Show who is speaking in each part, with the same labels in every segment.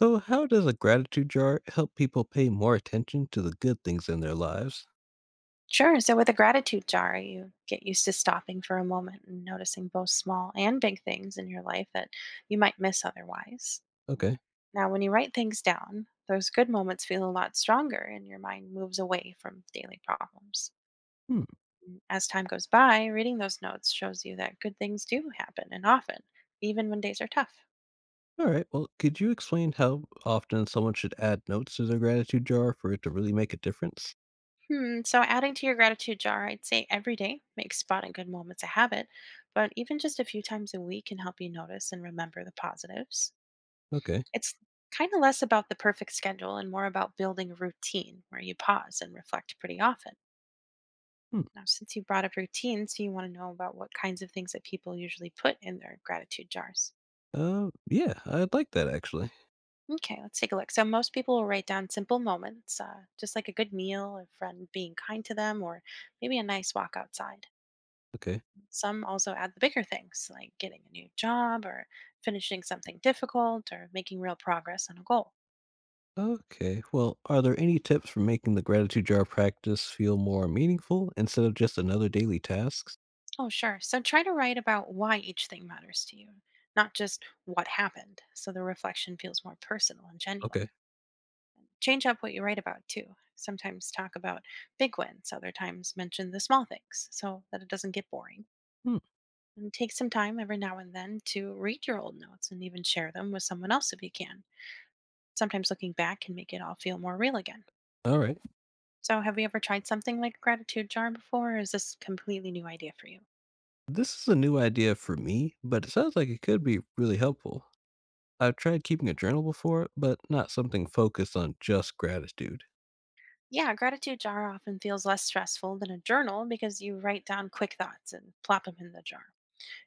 Speaker 1: So, how does a gratitude jar help people pay more attention to the good things in their lives?
Speaker 2: Sure. So, with a gratitude jar, you get used to stopping for a moment and noticing both small and big things in your life that you might miss otherwise.
Speaker 1: Okay.
Speaker 2: Now, when you write things down, those good moments feel a lot stronger and your mind moves away from daily problems.
Speaker 1: Hmm.
Speaker 2: As time goes by, reading those notes shows you that good things do happen and often, even when days are tough.
Speaker 1: All right. Well, could you explain how often someone should add notes to their gratitude jar for it to really make a difference?
Speaker 2: So, adding to your gratitude jar, I'd say every day makes spotting good moments a habit, but even just a few times a week can help you notice and remember the positives.
Speaker 1: Okay.
Speaker 2: It's kind of less about the perfect schedule and more about building a routine where you pause and reflect pretty often.
Speaker 1: Hmm.
Speaker 2: Now, since you brought up routines, you want to know about what kinds of things that people usually put in their gratitude jars.
Speaker 1: Yeah, I'd like that actually.
Speaker 2: Okay, let's take a look. So, most people will write down simple moments, just like a good meal, a friend being kind to them, or maybe a nice walk outside.
Speaker 1: Okay.
Speaker 2: Some also add the bigger things, like getting a new job, or finishing something difficult, or making real progress on a goal.
Speaker 1: Okay. Well, are there any tips for making the gratitude jar practice feel more meaningful instead of just another daily task?
Speaker 2: Oh, sure. So try to write about why each thing matters to you, not just what happened, so the reflection feels more personal and genuine.
Speaker 1: Okay.
Speaker 2: Change up what you write about, too. Sometimes talk about big wins, other times mention the small things, so that it doesn't get boring.
Speaker 1: Hmm.
Speaker 2: And take some time every now and then to read your old notes and even share them with someone else if you can. Sometimes looking back can make it all feel more real again.
Speaker 1: All right.
Speaker 2: So, have you ever tried something like a gratitude jar before, or is this a completely new idea for you?
Speaker 1: This is a new idea for me, but it sounds like it could be really helpful. I've tried keeping a journal before, but not something focused on just gratitude.
Speaker 2: Yeah, a gratitude jar often feels less stressful than a journal because you write down quick thoughts and plop them in the jar.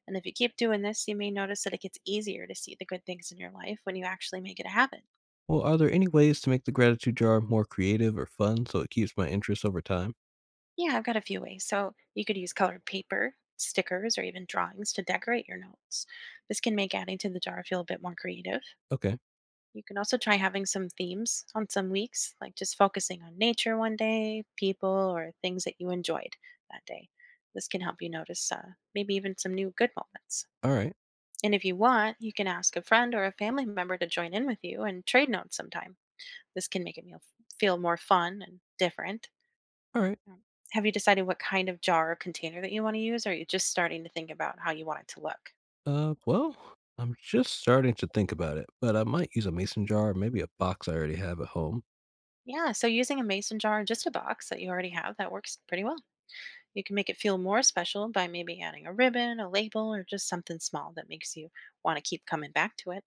Speaker 2: And if you keep doing this, you may notice that it gets easier to see the good things in your life when you actually make it a habit.
Speaker 1: Well, are there any ways to make the gratitude jar more creative or fun so it keeps my interest over time?
Speaker 2: Yeah, I've got a few ways. So you could use colored paper, stickers, or even drawings to decorate your notes. This can make adding to the jar feel a bit more creative.
Speaker 1: Okay.
Speaker 2: You can also try having some themes on some weeks, like just focusing on nature one day, people, or things that you enjoyed that day. This can help you notice maybe even some new good moments.
Speaker 1: All right.
Speaker 2: And if you want, you can ask a friend or a family member to join in with you and trade notes sometime. This can make it feel more fun and different.
Speaker 1: All right.
Speaker 2: Um, Have you decided what kind of jar or container that you want to use, or are you just starting to think about how you want it to look?
Speaker 1: Well, I'm just starting to think about it, but I might use a mason jar or maybe a box I already have at home.
Speaker 2: Yeah, so using a mason jar or just a box that you already have, that works pretty well. You can make it feel more special by maybe adding a ribbon, a label, or just something small that makes you want to keep coming back to it.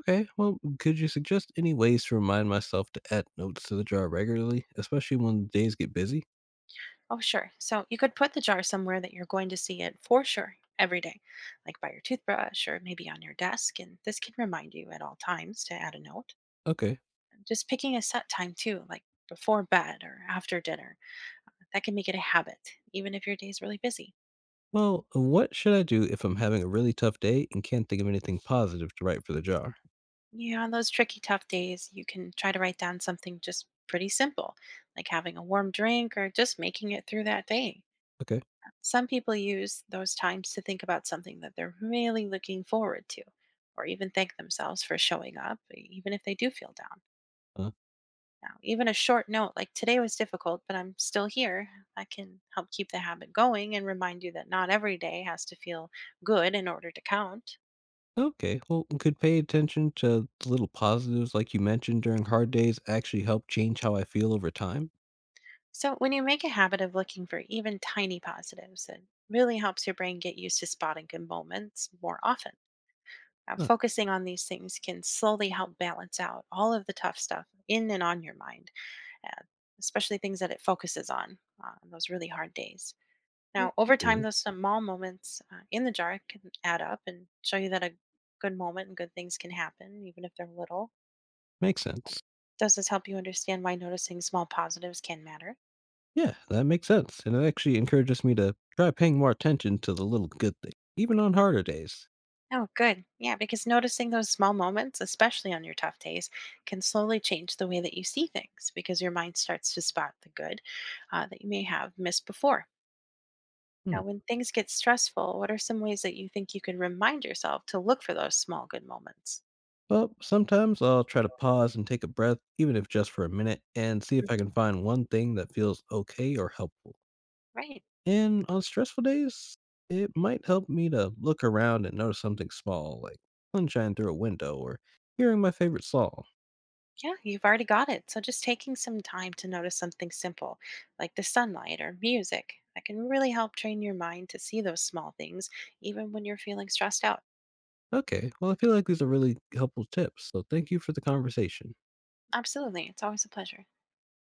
Speaker 1: Okay. Well, could you suggest any ways to remind myself to add notes to the jar regularly, especially when days get busy?
Speaker 2: Oh, sure. So you could put the jar somewhere that you're going to see it for sure every day, like by your toothbrush or maybe on your desk. And this can remind you at all times to add a note.
Speaker 1: Okay.
Speaker 2: Just picking a set time too, like before bed or after dinner, that can make it a habit, even if your day's really busy.
Speaker 1: Well, what should I do if I'm having a really tough day and can't think of anything positive to write for the jar?
Speaker 2: Yeah, on those tricky, tough days, you can try to write down something just pretty simple, like having a warm drink or just making it through that day.
Speaker 1: Okay.
Speaker 2: Some people use those times to think about something that they're really looking forward to, or even thank themselves for showing up, even if they do feel down.
Speaker 1: Uh,
Speaker 2: Now, even a short note like today was difficult, but I'm still here, that can help keep the habit going and remind you that not every day has to feel good in order to count.
Speaker 1: okay. Well, could pay attention to the little positives like you mentioned during hard days actually help change how I feel over time?
Speaker 2: So, when you make a habit of looking for even tiny positives, it really helps your brain get used to spotting good moments more often. Now,
Speaker 1: Huh.
Speaker 2: focusing on these things can slowly help balance out all of the tough stuff in and on your mind, uh, especially things that it focuses on those really hard days. Now, over time,
Speaker 1: Okay.
Speaker 2: those small moments in the jar can add up and show you that a good moment and good things can happen, even if they're little.
Speaker 1: Makes sense.
Speaker 2: Does this help you understand why noticing small positives can matter?
Speaker 1: Yeah, that makes sense. And it actually encourages me to try paying more attention to the little good things, even on harder days.
Speaker 2: Oh, good. Yeah, because noticing those small moments, especially on your tough days, can slowly change the way that you see things because your mind starts to spot the good that you may have missed before.
Speaker 1: Hmm.
Speaker 2: Now, when things get stressful, what are some ways that you think you can remind yourself to look for those small good moments?
Speaker 1: Well, sometimes I'll try to pause and take a breath, even if just for a minute, and see if I
Speaker 2: Mhm.
Speaker 1: can find one thing that feels okay or helpful.
Speaker 2: Right.
Speaker 1: And on stressful days, it might help me to look around and notice something small, like sunshine through a window or hearing my favorite song.
Speaker 2: Yeah, you've already got it. So just taking some time to notice something simple like the sunlight or music that can really help train your mind to see those small things even when you're feeling stressed out.
Speaker 1: Okay, well, I feel like these are really helpful tips, so thank you for the conversation.
Speaker 2: Absolutely. It's always a pleasure.